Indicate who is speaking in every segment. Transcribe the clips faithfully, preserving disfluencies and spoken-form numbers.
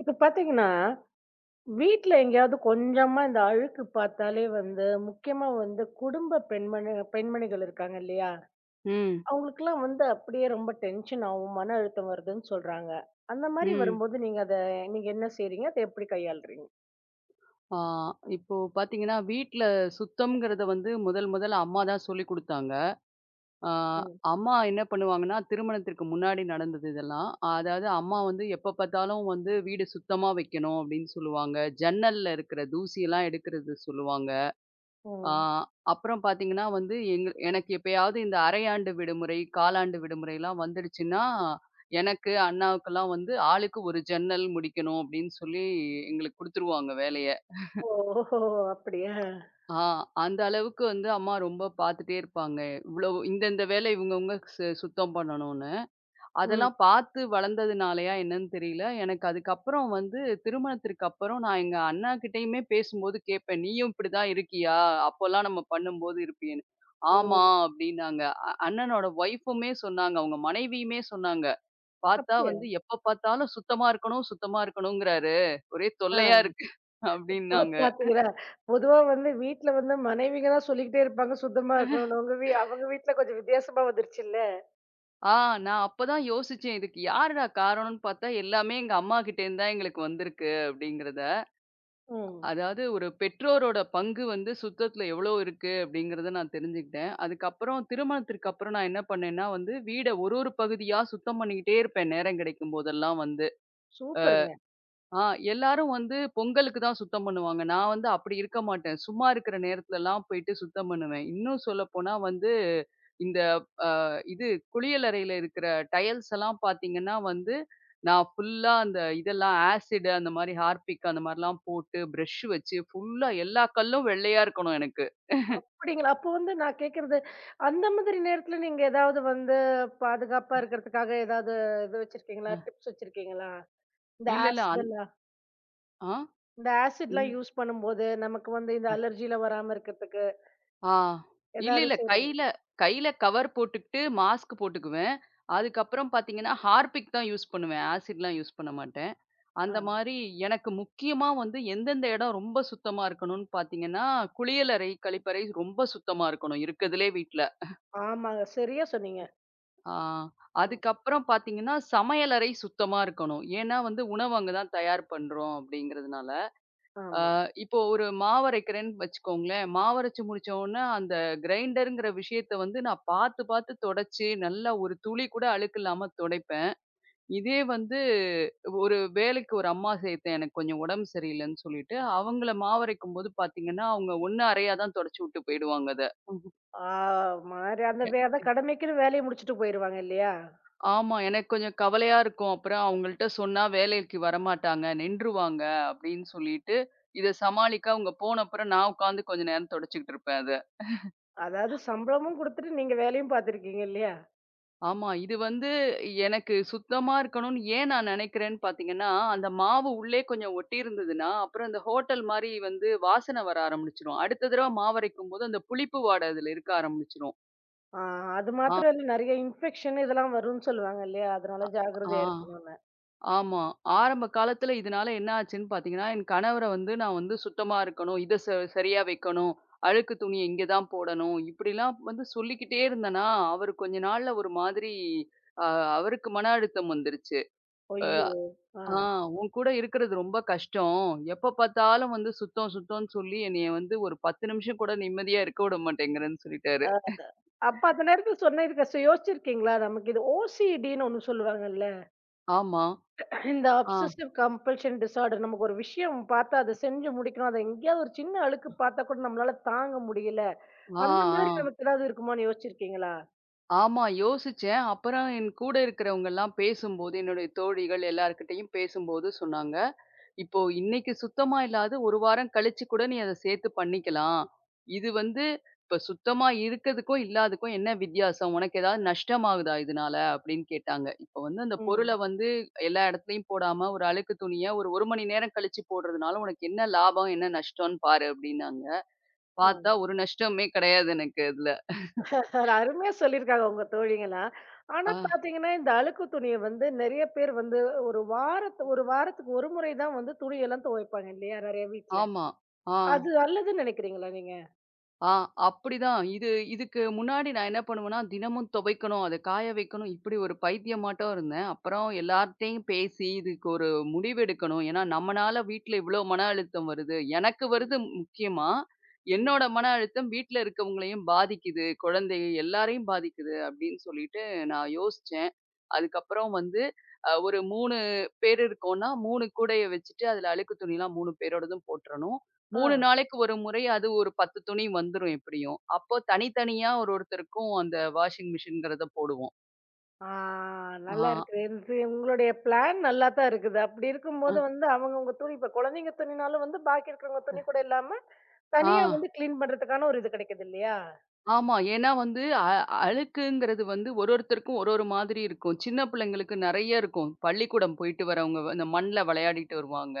Speaker 1: இப்ப பாத்தீங்கன்னா, வீட்ல எங்கேயாவது கொஞ்சமா இந்த அழுக்கு பாத்தாலே வந்து, முக்கியமா வந்து குடும்ப பெண்மணி பெண்மணிகள் இருக்காங்க இல்லையா?
Speaker 2: ம்,
Speaker 1: அவங்களுக்கெல்லாம் வந்து அப்படியே ரொம்ப டென்ஷன் ஆவும், மன அழுத்தம் வருதுன்னு சொல்றாங்க. அந்த மாரி
Speaker 2: ம்.
Speaker 1: வரும்போது நீங்க அத நீங்க என்ன செய்றீங்க? அத எப்படி கையாளுறீங்க?
Speaker 2: ஆ இப்போ பார்த்தீங்கன்னா, வீட்ல சுத்தம்ங்கிறத வந்து முதல் முதல்ல அம்மா தான் சொல்லிக் குடுத்தாங்க. ஆ
Speaker 1: ம்.
Speaker 2: அம்மா என்ன பண்ணுவாங்கன்னா, திருமணத்திற்கு முன்னாடி நடந்தது இதெல்லாம். அதாவது அம்மா வந்து எப்ப பார்த்தாலும் வந்து வீடு சுத்தமா வைக்கணும் அப்டின்னு சொல்லுவாங்க. ஜன்னல்ல இருக்கிற தூசியெல்லாம் எடுக்கிறது சொல்லுவாங்க. ஆ
Speaker 1: ம்.
Speaker 2: அப்புறம் பார்த்தீங்கன்னா வந்து, எங்க எனக்கு எப்பயாவது இந்த அரையாண்டு விடுமுறை, காலாண்டு விடுமுறைலாம் வந்துடுச்சுன்னா, எனக்கு, அண்ணாவுக்கெல்லாம் வந்து ஆளுக்கு ஒரு ஜன்னல் முடிக்கணும் அப்டின்னு சொல்லி எங்களுக்கு குடுத்துருவாங்க வேலைய.
Speaker 1: ஓஹோ! அப்படியா?
Speaker 2: ஆ, அந்த அளவுக்கு வந்து அம்மா ரொம்ப பார்த்துட்டே இருப்பாங்க. இவ்வளவு இந்தந்த வேலை இவங்கவங்க சு சுத்தம் பண்ணணும்னு.
Speaker 1: ம்.
Speaker 2: அதெல்லாம் பார்த்து வளர்ந்ததுனாலயா என்னன்னு தெரியல. எனக்கு அதுக்கப்புறம் வந்து திருமணத்திற்கு அப்புறம் நான் எங்க அண்ணாகிட்டயுமே பேசும்போது கேட்பேன். "நீயும் இப்படிதான் இருக்கியா? அப்போலாம் நம்ம பண்ணும்போது இருப்பியேன்னு."
Speaker 1: ம்.
Speaker 2: "ஆமா" அப்படின்னாங்க. அ அண்ணனோட ஒய்ஃபுமே சொன்னாங்க. அவங்க மனைவியுமே சொன்னாங்க. "பார்த்தா
Speaker 1: அப்படியா?
Speaker 2: வந்து எப்ப பார்த்தாலும் சுத்தமா இருக்கணும், சுத்தமா இருக்கணும்ங்கிறாரு. ஒரே தொல்லையா
Speaker 1: ஆ.
Speaker 2: இருக்கு"
Speaker 1: ஓ!
Speaker 2: அப்படின்னாங்க.
Speaker 1: பாத்தீங்களா? பொதுவா வந்து வீட்ல வந்து மனைவிங்க தான் சொல்லிக்கிட்டே இருப்பாங்க, சுத்தமா இருக்கணும்னு. உங்க வீ அவங்க வீட்ல கொஞ்சம் வித்தியாசமா வந்துருச்சுல்ல?
Speaker 2: ஆ நான் அப்பதான் யோசிச்சேன். இதுக்கு யாருடா காரணம்னு பார்த்தா, எல்லாமே எங்க அம்மாகிட்டேருந்து தான் எங்களுக்கு வந்திருக்கு அப்படிங்கிறத.
Speaker 1: ம்.
Speaker 2: அதாவது ஒரு பெற்றோரோட பங்கு வந்து சுத்தத்துல எவ்வளோ இருக்கு அப்படிங்கிறத நான் தெரிஞ்சுக்கிட்டேன். அதுக்கப்புறம் திருமணத்திற்கு அப்புறம் நான் என்ன பண்ணேன்னா வந்து, வீட ஒரு ஒரு பகுதியா சுத்தம் பண்ணிக்கிட்டே இருப்பேன் நேரம் கிடைக்கும் போதெல்லாம் வந்து.
Speaker 1: சூப்பருங்க.
Speaker 2: ஆ எல்லாரும் வந்து பொங்கலுக்கு தான் சுத்தம் பண்ணுவாங்க. நான் வந்து அப்படி இருக்க மாட்டேன். சும்மா இருக்கிற நேரத்துலலாம் போயிட்டு சுத்தம் பண்ணுவேன். இன்னும் சொல்லப்போனா வந்து, இந்த அ இது குளியலறையில இருக்கிற டயல்ஸ் எல்லாம் பார்த்தீங்கன்னா வந்து, நான் ஃபுல்லா அந்த இதெல்லாம் ஆசிட் அந்த மாரி ஹார்பிக் அந்த மாரிலாம் போட்டு பிரஷ் வச்சு ஃபுல்லா எல்லா கல்லும் வெள்ளையா இருக்கணும் எனக்கு.
Speaker 1: அப்படிங்களா? அப்போ வந்து நான் கேட்கிறது, அந்த மாதிரி நேரத்துல நீங்க ஏதாவது வந்து பாதுகாப்பா இருக்கிறதுக்காக ஏதாவது இது வச்சிருக்கீங்களா?
Speaker 2: அ.
Speaker 1: டிப்ஸ் வச்சிருக்கீங்களா? இந்த
Speaker 2: இல்ல, இல்ல. அந்
Speaker 1: ஆசிடெல்லாம்
Speaker 2: ஆ?
Speaker 1: இந்த
Speaker 2: என்ன?
Speaker 1: ஆசிட்லாம் யூஸ் பண்ணும்போது, நமக்கு வந்து இந்த அலர்ஜிலாம் வராம இருக்கிறதுக்கு
Speaker 2: ஆ. இல்ல,
Speaker 1: ஏதாவது
Speaker 2: இல்ல.
Speaker 1: செய்றீங்க?
Speaker 2: கையில கையில கவர் போட்டுக்கிட்டு மாஸ்க் போட்டுக்குவேன். அதுக்கப்புறம் பார்த்தீங்கன்னா, ஹார்பிக் தான் யூஸ் பண்ணுவேன். ஆசிட்லாம் யூஸ் பண்ண மாட்டேன். அந்த
Speaker 1: ஆ.
Speaker 2: மாரி எனக்கு முக்கியமா வந்து எந்தெந்த இடம் ரொம்ப சுத்தமா இருக்கணும்னு பார்த்தீங்கன்னா, குளியலறை, கழிப்பறை ரொம்ப சுத்தமா இருக்கணும். இருக்கதுலே வீட்ல.
Speaker 1: ஆமாங்க. சரியா சொன்னீங்க.
Speaker 2: ஆ
Speaker 1: ம்.
Speaker 2: அதுக்கப்புறம் பார்த்தீங்கன்னா, சமையலறை சுத்தமா இருக்கணும். ஏன்னா வந்து உணவு அங்க தான் தயார் பண்றோம் அப்படிங்கிறதுனால. ஆ,
Speaker 1: ஆமா.
Speaker 2: இப்போ ஒரு மாவரைக்கிறேன்னு வச்சுக்கோங்களேன். மாவரைச்சு முடிச்ச உடனே அந்த கிரைண்டர்ங்கிற விஷயத்த வந்து நான் பார்த்து, பார்த்து தொடச்சு, நல்லா ஒரு துளி கூட அழுக்கு இல்லாம துடைப்பேன். இதே வந்து ஒரு வேலைக்கு ஒரு அம்மா சேர்த்தேன். எனக்கு கொஞ்சம் உடம்பு சரியில்லன்னு சொல்லிட்டு, அவங்கள மாவரைக்கும்போது பார்த்தீங்கன்னா, அவங்க ஒண்ணு அரையா தான் தொடச்சு விட்டு போயிடுவாங்க அத.
Speaker 1: ஆ மாரி அந்த
Speaker 2: எ
Speaker 1: வே அதான் கடமைக்குன்னு வேலைய முடிச்சுட்டு போயிருவாங்க இல்லையா?
Speaker 2: ஆமா. எனக்கு கொஞ்சம் கவலையா இருக்கும். அப்புறம் அவங்கள்ட்ட சொன்னா வேலைக்கு வரமாட்டாங்க, நின்றுவாங்க அப்படின்னு சொல்லிட்டு, இத சமாளிக்க அவங்க போன அப்புறம் நான் உட்காந்து கொஞ்ச நேரம் தொடச்சுக்கிட்டு இருப்பேன் அத.
Speaker 1: அதாவது சம்பளமும் குடுத்துட்டு நீங்க வேலையும் பார்த்துருக்கீங்க இல்லையா?
Speaker 2: ஆமா. இது வந்து எனக்கு சுத்தமா இருக்கணும்னு ஏன் நான் நினைக்கிறேன்னு பார்த்தீங்கன்னா, அந்த மாவு உள்ளே கொஞ்சம் ஒட்டியிருந்ததுன்னா, அப்புறம் இந்த ஹோட்டல் மாரி வந்து வாசனை வர ஆரம்பிச்சுரும். அடுத்த தடவ மாவரைக்கும்போது அந்த புளிப்பு வாடை அதில இருக்க ஆரம்பிச்சுரும்.
Speaker 1: ஆ, அது
Speaker 2: ஆ,
Speaker 1: மாத்திரம் இல்ல, நெறைய இன்ஃபெக்ஷன் இதெல்லாம் வரும்ன்னு சொல்லுவாங்க இல்லையா? அதனால
Speaker 2: ஆ.
Speaker 1: ஜாக்கிரதையா இருக்கணும்னு.
Speaker 2: ஆமா. ஆரம்ப காலத்தில இதனால என்ன ஆச்சுன்னு பார்த்தீங்கன்னா, என் கணவர வந்து நான் வந்து சுத்தமா இருக்கணும். இத ச சரியா வைக்கணும். அழுக்கு துணிய இங்க தான் போடணும். இப்படிலாம் வந்து சொல்லிக்கிட்டே இருந்தேனா, அவரு கொஞ்ச நாள்ல ஒரு மாதிரி அ அவருக்கு மன அழுத்தம் வந்துருச்சு.
Speaker 1: ஐயோ! ஆ.
Speaker 2: ஆ உன் கூட இருக்கிறது ரொம்ப கஷ்டம். எப்ப பார்த்தாலும் வந்து சுத்தம், சுத்தம்ன்னு சொல்லி என்னைய வந்து ஒரு பத்து நிமிஷம் கூட நிம்மதியா இருக்க விட மாட்டேங்கிறேன்னு சொல்லிட்டாரு.
Speaker 1: அப்ப அந்த நேரத்துல சொன்னதுக்கு சோ யோசிச்சிருக்கீங்களா? நமக்கு இது ஓசிடின்னு ஒண்ணு சொல்லுவாங்கல்ல.
Speaker 2: ஆமா.
Speaker 1: இந்த
Speaker 2: ஆ,
Speaker 1: அப்சசிவ் கம்பல்ஷன் டிஸார்டர். நமக்கு ஒரு விஷயம் பார்த்தா அத செஞ்சு முடிக்கணும். அத எங்கேயாவது ஒரு சின்ன அழுக்கு பார்த்தா கூட நம்மளால தாங்க முடியல.
Speaker 2: ஆ,
Speaker 1: அந்த மாதிரி
Speaker 2: ஆ.
Speaker 1: நமக்கு ஏதாவது இருக்குமான்னு யோசிச்சிருக்கீங்களா?
Speaker 2: ஆமா யோசிச்சேன். அப்புறம் என் கூட இருக்கிறவங்கலாம் பேசும்போது, என்னுடைய தோழிகள் எல்லார்கிட்டயும் பேசும்போது சொன்னாங்க. இப்போ இன்னைக்கு சுத்தமா இல்லாத ஒரு வாரம் கழிச்சு கூட நீ அத சேர்த்து பண்ணிக்கலாம். இது வந்து இப்ப சுத்தமா இருக்கதுக்கும், இல்லாததுக்கும் என்ன வித்தியாசம்? உனக்கு ஏதாவது நஷ்டமாகுதா இதனால? அப்படின்னு கேட்டாங்க. இப்ப வந்து அந்த
Speaker 1: ம்.
Speaker 2: பொருள வந்து எல்லா இடத்துலயும் போடாம, ஒரு அழுக்கு துணிய ஒரு 1 மணி நேரம் கழிச்சு போடுறதுனால உனக்கு என்ன லாபம்? என்ன நஷ்டம்ன்னு பாரு அப்படின்னாங்க.
Speaker 1: ம்.
Speaker 2: பார்த்தா ஒரு நஷ்டமே கிடையாது எனக்கு அதுல.
Speaker 1: அது அருமையா சொல்லியிருக்காங்க உங்க தோழிங்கலாம். ஆனா
Speaker 2: ஆ,
Speaker 1: பார்த்தீங்கன்னா, இந்த அழுக்கு துணிய வந்து நெறைய பேர் வந்து ஒரு வாரத்து ஒரு வாரத்துக்கு ஒரு முறை தான் வந்து துணியெல்லாம் துவைப்பாங்க இல்லையா? நெறைய வீட்ல.
Speaker 2: ஆமா. ஆ.
Speaker 1: அது நல்லதுன்னு நெனைக்கிறீங்களா நீங்க?
Speaker 2: ஆ அப்படிதான். இது இதுக்கு முன்னாடி நான் என்ன பண்ணுவேன்னா, தினமும் துவைக்கணும், அத காய வைக்கணும், இப்படி ஒரு பைத்தியமாட்டம் இருந்தேன். அப்புறம் எல்லார்ட்டயும் பேசி இதுக்கு ஒரு முடிவு எடுக்கணும். ஏன்னா, நம்மனால வீட்ல இவ்ளோ மன அழுத்தம் வருது. எனக்கு
Speaker 1: ம்.
Speaker 2: வருது முக்கியமா.
Speaker 1: ம்.
Speaker 2: என்னோட மன அழுத்தம் வீட்ல இருக்கவங்களையும் பாதிக்குது, குழந்தை எல்லாரையும் பாதிக்குது அப்படின்னு சொல்லிட்டு நான் யோசிச்சேன். அதுக்கப்புறம் வந்து அ ஒரு மூணு பேர் இருக்கோம்னா, மூணு கூடைய வச்சுட்டு, அதுல அழுக்கு துணிலாம் மூணு பேரோடதும் போட்டுறணும்.
Speaker 1: ஆ.
Speaker 2: மூணு நாளைக்கு ஒரு முறை அது ஒரு பத்து துணி வந்துரும் எப்படியும். அப்போ தனித்தனியா ஒரு ஒருத்தருக்கும் அந்த வாஷிங் மிஷின்ங்கிறத போடுவோம்.
Speaker 1: ஆ,
Speaker 2: ஆ,
Speaker 1: நல்லா இருக்குது. இது உங்களுடைய பிளான் நல்லா தான் இருக்குது. அப்படி
Speaker 2: அ,
Speaker 1: இருக்கும்போது வந்து அவங்க உங்க துணி இப்ப குழந்தைங்க துணினாலும் வந்து பாக்கி இருக்கிறவங்க துணி கூட இல்லாம,
Speaker 2: ஆ.
Speaker 1: தனியா வந்து கிளீன் பண்றதுக்கான ஒரு இது கிடைக்குது இல்லையா?
Speaker 2: ஆமா. ஏன்னா வந்து அ அழுக்குங்கிறது வந்து ஒரு ஒருத்தருக்கும் ஒரு ஒரு மாதிரி இருக்கும். சின்ன பிள்ளைங்களுக்கு நெறைய இருக்கும். பள்ளிக்கூடம் போயிட்டு வரவங்க வ- இந்த மண்ல விளையாடிட்டு வருவாங்க.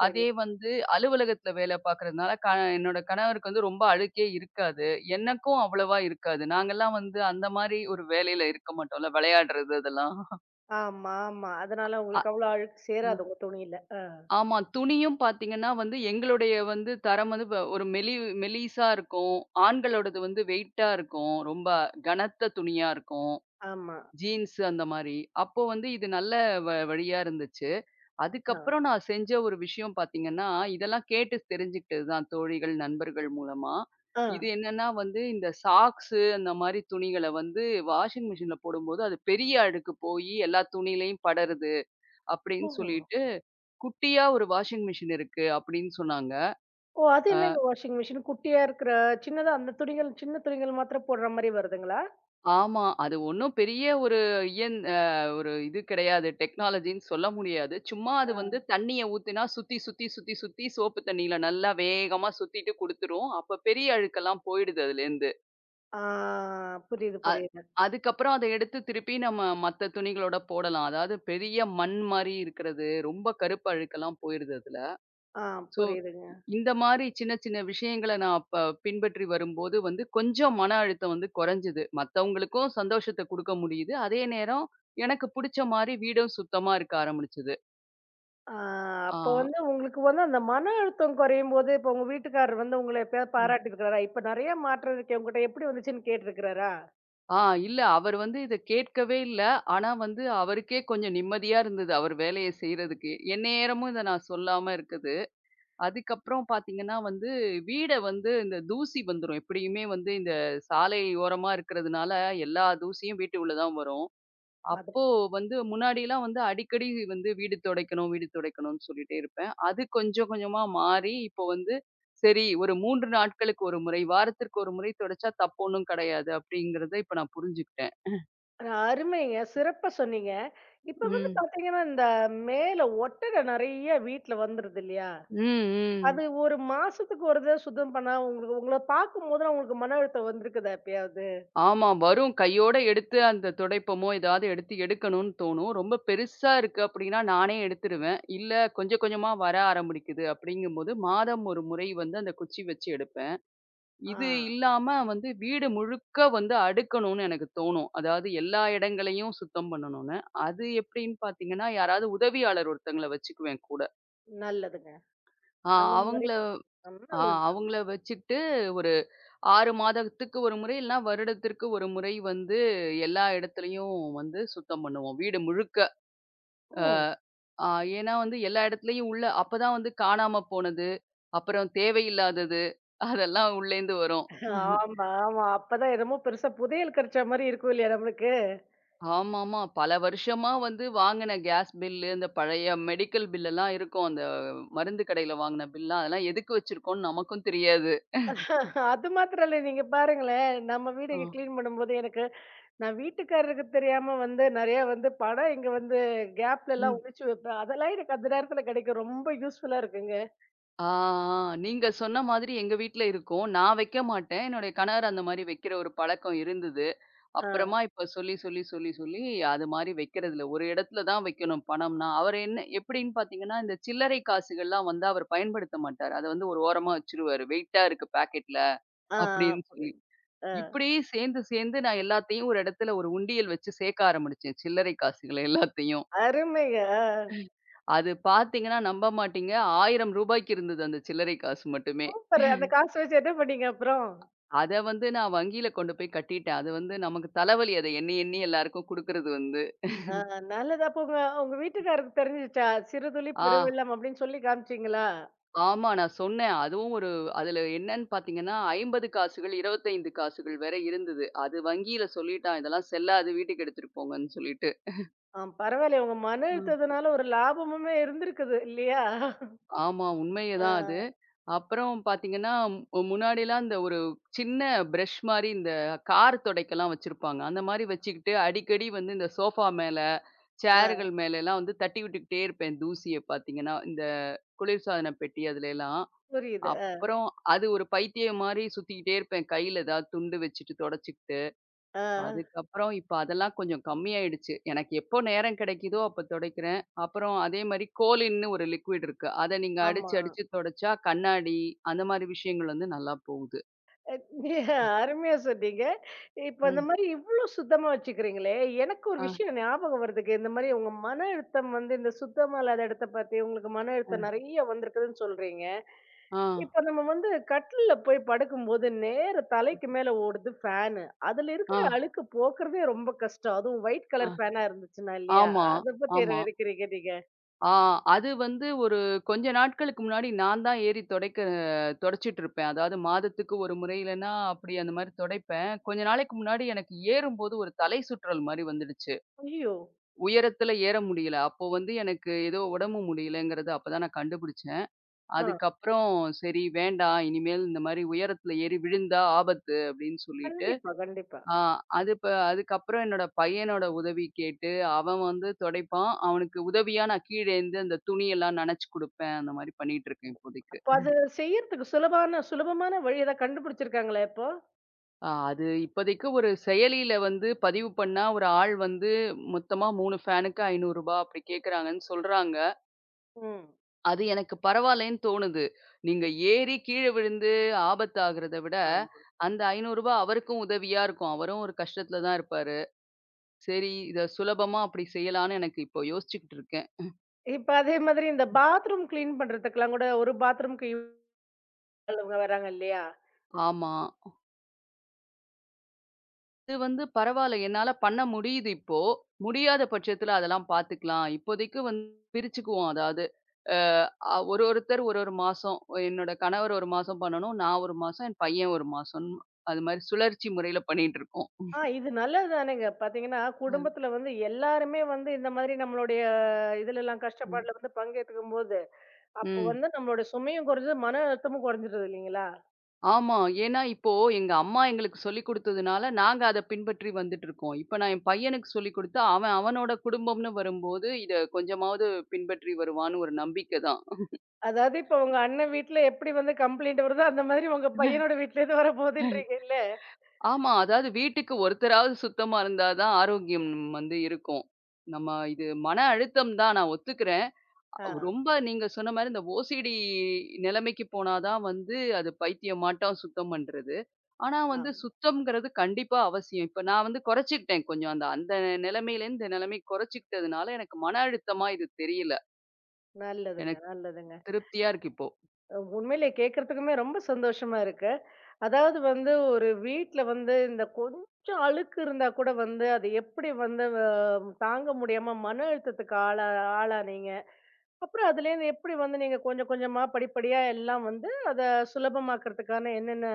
Speaker 1: சரி.
Speaker 2: அதே வந்து அலுவலகத்துல வேலை பார்க்கறதுனால க என்னோட கணவருக்கு வந்து ரொம்ப அழுக்கே இருக்காது. எனக்கும் அவ்வளவா இருக்காது. நாங்கலாம் வந்து அந்த மாரி ஒரு வேலையில இருக்க மாட்டோம்ல, விளையாடுறது அதெல்லாம்.
Speaker 1: ஆமா, ஆமா. அதனால உங்களுக்கு அவ்வளோ அழுக்கு
Speaker 2: அ,
Speaker 1: சேராது உங்க துணியில. ஆ.
Speaker 2: ஆமா. துணியும் பார்த்தீங்கன்னா வந்து, எங்களுடைய வந்து தரம் வந்து வ ஒரு மெலி மெலிசா இருக்கும். ஆண்களோடது வந்து வெயிட்டா இருக்கும். ரொம்ப கனத்த துணியா இருக்கும்.
Speaker 1: ஆமா.
Speaker 2: ஜீன்ஸ் அந்த மாரி. அப்போ வந்து இது நல்ல வ வழியா இருந்துச்சு.
Speaker 1: ஆ.
Speaker 2: அதுக்கப்புறம் நான் செஞ்ச ஒரு விஷயம் பார்த்தீங்கன்னா, இதெல்லாம் கேட்டு தெரிஞ்சுக்கிட்டது தான் தோழிகள், நண்பர்கள் மூலமா.
Speaker 1: ஆ.
Speaker 2: இது என்னன்னா வந்து இந்த சாக்ஸு அந்த மாரி துணிகள வந்து வாஷிங் மிஷின்ல போடும்போது, அது பெரிய அழுக்கு போயி எல்லா துணியிலயும் படருது. அப்படின்னு
Speaker 1: ஓஹோ!
Speaker 2: சொல்லிட்டு குட்டியா ஒரு வாஷிங் மிஷின் இருக்கு அப்படின்னு சொன்னாங்க.
Speaker 1: ஓ! அது
Speaker 2: அ
Speaker 1: என்னங்க வாஷிங் மிஷின் குட்டியா இருக்கிற சின்னதா, அந்த துணிகள் சின்ன துணிகள் மாத்திரம் போடுற மாரி வருதுங்களா?
Speaker 2: ஆமா. அது ஒண்ணும் பெரிய ஒரு இயன் அ ஒரு இது கிடையாது. டெக்னாலஜின்னு சொல்ல முடியாது. சும்மா அது
Speaker 1: ஆ.
Speaker 2: வந்து தண்ணிய ஊத்தினா சுத்தி, சுத்தி, சுத்தி, சுத்தி சோப்பு தண்ணியில நல்லா வேகமா சுத்திட்டு குடுத்துரும். அப்ப பெரிய அழுக்கெல்லாம் போயிடுது அதுலேருந்து.
Speaker 1: ஆ, புரியுது,
Speaker 2: அ
Speaker 1: புரியுது.
Speaker 2: அதுக்கப்புறம் அத எடுத்து திருப்பி நம்ம மத்த துணிகளோட போடலாம். அதாவது பெரிய மண் மாரி இருக்கிறது. ரொம்ப கருப்பு அழுக்கெல்லாம் போயிருது அதுல.
Speaker 1: ஆ,
Speaker 2: ஸோ
Speaker 1: புரியுதுங்க.
Speaker 2: இந்த மாரி சின்ன சின்ன விஷயங்கள நான் அப்ப பின்பற்றி வரும்போது வந்து கொஞ்சம் மன அழுத்தம் வந்து குறைஞ்சது. மத்தவங்களுக்கும் சந்தோஷத்த குடுக்க முடியுது. அதே நேரம் எனக்கு புடிச்ச மாரி வீடும் சுத்தமா இருக்க ஆரம்பிச்சது.
Speaker 1: ஆ,
Speaker 2: ஆ.
Speaker 1: அப்ப வந்து உங்களுக்கு வந்து அந்த மன அழுத்தம் குறையும்போது, இப்ப உங்க வீட்டுக்காரர் வந்து உங்கள எப்பயாவது
Speaker 2: ம்.
Speaker 1: பாராட்டியிருக்கிறாரா? இப்ப நெறைய மாற்றம் இருக்கே உங்கட்ட எப்படி வந்துச்சுன்னு கேட்டிருக்கிறாரா?
Speaker 2: ஆ இல்ல அவர் வந்து இத கேட்கவே இல்ல. ஆனா வந்து அவருக்கே கொஞ்சம் நிம்மதியா இருந்தது. அவர் வேலைய செய்றதுக்கு. எந்நேரமும் இத நான் சொல்லாம இருக்குது. அதுக்கப்புறம் பார்த்தீங்கன்னா வந்து வீட வந்து இந்த தூசி வந்துரும். எப்படியுமே வந்து இந்த சாலை ஓரமா இருக்கிறதுனால எல்லா தூசியும் வீட்டு உள்ள தான் வரும்.
Speaker 1: அது
Speaker 2: அப்போ வந்து முன்னாடிலாம் வந்து அடிக்கடி வந்து வீடு துடைக்கணும், வீடு துடைக்கணும்னு சொல்லிட்டே இருப்பேன். அது கொஞ்சம் கொஞ்சமா மாறி, இப்போ வந்து சரி ஒரு மூணு நாட்களுக்கு ஒரு முறை, வாரத்திற்கு ஒரு முறை துடைச்சா தப்பு ஒண்ணும் கிடையாது அப்படிங்கிறத இப்ப நான் புரிஞ்சுக்கிட்டேன்.
Speaker 1: அஹ் அருமைங்க. சிறப்பா சொன்னீங்க. இப்ப வந்து
Speaker 2: ம்.
Speaker 1: பாத்தீங்கன்னா, இந்த மேல ஒட்டடை நெறைய வீட்ல வந்துருது இல்லையா?
Speaker 2: ம், ம்.
Speaker 1: அது ஒரு மாசத்துக்கு ஒரு தடவ சுத்தம் பண்ணா, உங்களுக்கு உங்கள பாக்கும்போதெல்லாம் உங்களுக்கு மன அழுத்தம் வந்திருக்குதா எப்பயாவது?
Speaker 2: ஆமா. வரும் கையோட எடுத்து அந்த துடைப்பமோ, ஏதாவது எடுத்து எடுக்கணும்னு தோணும். ரொம்ப பெருசா இருக்கு அப்படின்னா நானே எடுத்துருவேன். இல்ல கொஞ்சம் கொஞ்சமா வர ஆரம்பிக்குது அப்படிங்கும்போது மாதம் ஒரு முறை வந்து அந்த குச்சி வச்சு எடுப்பேன்.
Speaker 1: ஆ,
Speaker 2: இது இல்லாம வந்து வீடு முழுக்க வந்து அடுக்கணும்னு எனக்கு தோணும். அதாவது எல்லா இடங்களையும் சுத்தம் பண்ணணும்னு. அது எப்படின்னு பார்த்தீங்கன்னா, யாராவது உதவியாளர் ஒருத்தங்கள வச்சுக்குவேன் கூட.
Speaker 1: நல்லதுங்க.
Speaker 2: ஆ
Speaker 1: அந்த
Speaker 2: அவங்கள
Speaker 1: மாதிரி
Speaker 2: ஆ
Speaker 1: நல்லது.
Speaker 2: அவங்கள வச்சுக்கிட்டு ஒரு ஆறு மாதத்துக்கு ஒரு முறை இல்லனா வருடத்திற்கு ஒரு முறை வந்து எல்லா இடத்துலயும் வந்து சுத்தம் பண்ணுவோம். வீடு முழுக்க. அ
Speaker 1: ம்.
Speaker 2: ஆ ஏன்னா வந்து எல்லா இடத்துலயும் உள்ள அப்பதான் வந்து காணாம போனது, அப்புறம் தேவையில்லாதது அதெல்லாம் உள்ளேந்து வரும்.
Speaker 1: ஆமா, ஆமா. அப்பதான் என்னமோ பெருசா புதையல் கெடைச்ச மாரி இருக்கும் இல்லையா நம்மளுக்கு?
Speaker 2: ஆமாமா. பல வருஷமா வந்து வாங்குன கேஸ் பில்லு, இந்த பழைய மெடிக்கல் பில்லெல்லாம் இருக்கும். அந்த மருந்து கடையில வாங்குன பில்லாம், அதெல்லாம் எதுக்கு வச்சிருக்கோம்ன்னு நமக்கும் தெரியாது.
Speaker 1: அது மாத்திரம் இல்ல. நீங்க பாருங்களேன், நம்ம வீடு
Speaker 2: ஆ.
Speaker 1: இங்க கிளீன் பண்ணும்போது எனக்கு நான் வீட்டுக்காரருக்கு தெரியாம வந்து நெறைய வந்து படம் இங்க வந்து கேப்லலாம்
Speaker 2: ம்.
Speaker 1: ஒளிச்சு வைப்பேன். அதெல்லாம் எனக்கு அந்த நேரத்துல கிடைக்கும். ரொம்ப யூஸ்ஃபுல்லா இருக்குங்க.
Speaker 2: ஆ, ஆ. நீங்க சொன்ன மாதிரி எங்க வீட்ல இருக்கும். நான் வைக்க மாட்டேன். என்னுடைய கணவர் அந்த மாரி வைக்கிற ஒரு பழக்கம் இருந்தது.
Speaker 1: ஆ,
Speaker 2: அப்புறமா இப்ப சொல்லி, சொல்லி, சொல்லி, சொல்லி அது மாரி வைக்கிறதில்ல. ஒரு இடத்துல தான் வைக்கணும் பணம்னா. அவர் என்ன எப்படின்னு பார்த்தீங்கன்னா, இந்த சில்லறை காசுகள்லாம் வந்து அவர் பயன்படுத்த மாட்டாரு. அத வந்து ஒரு ஓரமா வச்சுருவாரு. வெயிட்டா இருக்கு பாக்கெட்ல
Speaker 1: ஆ,
Speaker 2: அப்படின்னு சொல்லி.
Speaker 1: புரியுது. ஆ,
Speaker 2: இப்படியே சேர்ந்து, சேர்ந்து நான் எல்லாத்தையும் ஒரு இடத்துல ஒரு உண்டியல் வச்சு சேர்க்க ஆரம்பிச்சேன். சில்லறை காசுகள எல்லாத்தையும்.
Speaker 1: அருமைங்க. ஆ,
Speaker 2: அது பார்த்தீங்கன்னா, நம்ப மாட்டீங்க ரூ. ஆயிரம் இருந்தது அந்த சில்லறை காசு மட்டுமே.
Speaker 1: சூப்பரு. அந்த காசு வச்சு என்ன பண்ணீங்க அப்புறம்?
Speaker 2: அத வந்து நான் வங்கியில கொண்டு போய் கட்டிட்டேன். அது வந்து நமக்கு தலைவலி. அத எண்ணி, எண்ணி எல்லாருக்கும் குடுக்குறது வந்து.
Speaker 1: ஆ, நல்லது. அப்போ உங்க உங்க வீட்டுக்காரருக்கு தெரிஞ்சுச்சா? "சிறுதுளி
Speaker 2: ஆ
Speaker 1: பெருவெள்ளம்" அப்படின்னு சொல்லி காமிச்சீங்களா?
Speaker 2: ஆமா நான் சொன்னேன். அதுவும் ஒரு அதுல என்னன்னு பார்த்தீங்கன்னா, ஐம்பது காசுகள், இருபத்தி ஐந்து காசுகள் வேற இருந்தது. அது வங்கியில சொல்லிட்டான். இதெல்லாம் செல்லாது வீட்டுக்கு எடுத்துட்டு போங்கன்னு சொல்லிட்டு.
Speaker 1: ஆ, பரவாயில்லையே, உங்க மன
Speaker 2: ஆ.
Speaker 1: அழுத்தத்தினால ஒரு லாபமுமே இருந்திருக்குது இல்லையா?
Speaker 2: ஆமா. உண்மைய
Speaker 1: ஆ,
Speaker 2: தான் அது. அப்புறம் பார்த்தீங்கன்னா, மு முன்னாடிலாம் இந்த ஒரு சின்ன பிரஷ் மாரி இந்த கார் துடைக்கலாம் வச்சிருப்பாங்க. அந்த மாரி வச்சுக்கிட்டு அடிக்கடி வந்து இந்த சோஃபா மேல,
Speaker 1: ஆ,
Speaker 2: சேர்கள் மேலலாம் வந்து தட்டி விட்டுக்கிட்டே இருப்பேன் தூசிய பார்த்தீங்கன்னா, இந்த குளிர்சாதன பெட்டி அதுலலாம்.
Speaker 1: புரியுது.
Speaker 2: அப்புறம் அது ஒரு பைத்தியம் மாரி சுத்திக்கிட்டே இருப்பேன். கையில ஏதாவது துண்டு வச்சுட்டு தொடச்சுக்கிட்டு.
Speaker 1: ஆ,
Speaker 2: அதுக்கப்புறம் இப்ப அதெல்லாம் கொஞ்சம் கம்மியாயிடுச்சு. எனக்கு எப்போ நேரம் கிடைக்குதோ அப்ப துடைக்கிறேன். அப்புறம் அதே மாரி கோலின்னு ஒரு லிக்விட் இருக்கு. அத நீங்க
Speaker 1: ஆமா.
Speaker 2: அடிச்சு, அடிச்சு துடைச்சா கண்ணாடி அந்த மாரி விஷயங்கள் வந்து நல்லா போகுது.
Speaker 1: அஹ்
Speaker 2: அ,
Speaker 1: அருமையா சொன்னீங்க. இப்ப அந்த
Speaker 2: ம்.
Speaker 1: மாரி இவ்ளோ சுத்தமா வச்சுக்கிறீங்களே! எனக்கு ஒரு
Speaker 2: அ,
Speaker 1: விஷயம் ஞாபகம் வருதுங்க. இந்த மாரி உங்க மன அழுத்தம் வந்து இந்த சுத்தமா இல்லாத இடத்த பார்த்து உங்களுக்கு மன
Speaker 2: அ,
Speaker 1: அழுத்தம் நெறைய வந்திருக்குதுன்னு சொல்றீங்க.
Speaker 2: ஆ,
Speaker 1: இப்ப நம்ம வந்து கட்டில்ல போய் படுக்கும்போது நேர தலைக்கு மேல ஓடுது ஃபேனு. அதுல
Speaker 2: ஆ,
Speaker 1: இருக்கிற அழுக்கு போக்குறதே ரொம்ப கஷ்டம். அதுவும் ஒயிட்
Speaker 2: ஆ.
Speaker 1: கலர் ஃபேனா இருந்துச்சுன்னா இல்லையா?
Speaker 2: ஆமா,
Speaker 1: அத பத்தி என்ன
Speaker 2: ஆமா.
Speaker 1: நினைக்கிறீங்க நீங்க?
Speaker 2: ஆ அது வந்து ஒரு கொஞ்ச நாட்களுக்கு முன்னாடி நான் தான் ஏறி துடைக்க துடைச்சிட்டு இருப்பேன். அதாவது மாதத்துக்கு ஒரு முறை இல்லன்னா, அப்படி அந்த மாரி துடைப்பேன். கொஞ்ச நாளைக்கு முன்னாடி எனக்கு ஏறும்போது ஒரு தலை சுற்றல் மாரி வந்துடுச்சு.
Speaker 1: ஐயோ!
Speaker 2: உயரத்துல ஏற முடியல. அப்போ வந்து எனக்கு ஏதோ உடம்பு முடியலங்கிறத அப்பதான் நான் கண்டுபிடிச்சேன்.
Speaker 1: ஆ.
Speaker 2: அதுக்கப்புறம் சரி வேண்டாம். இனிமேல் இந்த மாரி உயரத்துல ஏறி விழுந்தா ஆபத்து அப்படின்னு சொல்லிட்டு,
Speaker 1: கண்டிப்பா, கண்டிப்பா.
Speaker 2: ஆ அது ப அதுக்கப்புறம் என்னோட பையனோட உதவி கேட்டு, அவன் வந்து துடைப்பான். அவனுக்கு உதவியா நான் கீழேந்து அந்த துணியெல்லாம் நனச்சு குடுப்பேன். அந்த மாரி பண்ணிட்டு இருக்கேன் இப்போதைக்கு.
Speaker 1: அப்ப அது செய்யறதுக்கு சுலபான சுலபமான வழி ஏதாவது கண்டுபிடிச்சிருக்காங்களா இப்போ?
Speaker 2: அ அது இப்போதைக்கு ஒரு செயலியில வந்து பதிவு பண்ணா ஒரு ஆள் வந்து மொத்தமா மூணு ஃபேனுக்கு ரூ. ஐநூறு அப்படி கேட்கறாங்கன்னு சொல்றாங்க.
Speaker 1: ம்.
Speaker 2: அது எனக்கு பரவாயில்லைன்னு தோணுது. நீங்க ஏறி கீழ விழுந்து ஆபத்தாகுறத விட,
Speaker 1: ஆமா.
Speaker 2: அந்த ரூ. ஐநூறு அவருக்கும் உதவியா இருக்கும். அவரும் ஒரு கஷ்டத்துல தான் இருப்பாரு. சரி, இத சுலபமா அப்படி செய்யலான்னு எனக்கு இப்போ யோசிச்சுக்கிட்டு இருக்கேன்.
Speaker 1: இப்ப அதே மாதிரி இந்த பாத்ரூம் கிளீன் பண்றதுக்கெல்லாம் கூட ஒரு பாத்ரூம்க்கு இவங்க வராங்க இல்லையா?
Speaker 2: ஆமா. அது வந்து பரவால்ல. என்னால பண்ண முடியுது இப்போ. முடியாத பட்சத்துல அதெல்லாம் பார்த்துக்கலாம். இப்போதைக்கு வந்து பிரிச்சுக்குவோம். அதாவது, அஹ், அ ஒரு ஒருத்தர் ஒரு ஒரு மாசம். என்னோட கணவர் ஒரு மாசம் பண்ணணும். நான் ஒரு மாசம், என் பையன் ஒரு மாசம். அது மாரி சுழற்சி முறையில பண்ணிட்டு இருக்கோம்.
Speaker 1: ஆ, இது நல்லது தானேங்க. பாத்தீங்கன்னா,
Speaker 2: அ,
Speaker 1: குடும்பத்துல வந்து எல்லாருமே வந்து இந்த மாதிரி நம்மளுடைய இதுலலாம்
Speaker 2: ம்.
Speaker 1: கஷ்டப்பாடுல வந்து பங்கேத்துக்கும்போது, அப்போ
Speaker 2: ம்.
Speaker 1: வந்து நம்மளுடைய சுமையும் குறைஞ்சது, மன அழுத்தமும் குறைஞ்சிருது இல்லைங்களா?
Speaker 2: ஆமா. ஏன்னா, இப்போ எங்க அம்மா எங்களுக்கு சொல்லிக் குடுத்ததுனால, நாங்க அத பின்பற்றி வந்துட்டுருக்கோம். இப்ப நான் என் பையனுக்கு சொல்லிக் குடுத்து, அவன் அவனோட குடும்பம்ன்னு வரும்போது, இத கொஞ்சமாவது பின்பற்றி வருவான்னு ஒரு நம்பிக்கை தான்.
Speaker 1: அதாவது இப்ப உங்க அண்ணன் வீட்ல எப்படி வந்து கம்ப்ளைண்ட் வருதோ, அந்த மாதிரி உங்க பையனோட வீட்லேருந்து வரப்போகுதுன்றீங்கல்ல?
Speaker 2: ஆமா. அதாவது வீட்டுக்கு ஒருத்தராவது சுத்தமா இருந்தா தான் ஆரோக்கியம் வந்து இருக்கும். நம்ம இது மன அழுத்தம் தான் நான் ஒத்துக்கிறேன்.
Speaker 1: ஆ,
Speaker 2: ரொம்ப நீங்க சொன்ன மாரி இந்த ஓசிடி நிலைமைக்கு போனா தான் வந்து அது பைத்தியமாட்டம் சுத்தம் பண்றது. ஆனா வந்து
Speaker 1: ஆமா.
Speaker 2: சுத்தம்ங்கிறது கண்டிப்பா அவசியம். இப்ப நான் வந்து குறைச்சுக்கிட்டேன் கொஞ்சம். அந்த அந்த நிலைமையில இருந்து இந்த நிலைமை குறைச்சுக்கிட்டதுனால எனக்கு மன அழுத்தமா இது தெரியல.
Speaker 1: நல்லதுங்க,
Speaker 2: எனக்கு
Speaker 1: நல்லதுங்க.
Speaker 2: திருப்தியா இருக்கு இப்போ.
Speaker 1: உண்மையிலே கேட்கறதுக்குமே ரொம்ப சந்தோஷமா இருக்கு. அதாவது வந்து ஒரு வீட்ல வந்து இந்த கொஞ்சம் அழுக்கு இருந்தா கூட வந்து அது எப்படி வந்து அ தாங்க முடியாம மன அழுத்தத்துக்கு ஆளா ஆளானீங்க. அப்புறம் அதுலேருந்து எப்படி வந்து நீங்க கொஞ்சம் கொஞ்சமா படிப்படியா எல்லாம் வந்து அத சுலபமாக்கறதுக்கான என்னென்ன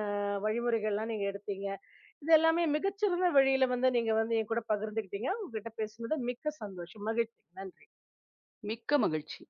Speaker 1: வழிமுறைகள்லாம் நீங்க எடுத்தீங்க. இது எல்லாமே மிகச்சிறந்த வழியில வந்து நீங்க வந்து என் கூட பகிர்ந்துக்கிட்டீங்க. உங்ககிட்ட பேசினது மிக்க சந்தோஷம். மகிழ்ச்சி. நன்றி.
Speaker 2: மிக்க மகிழ்ச்சி.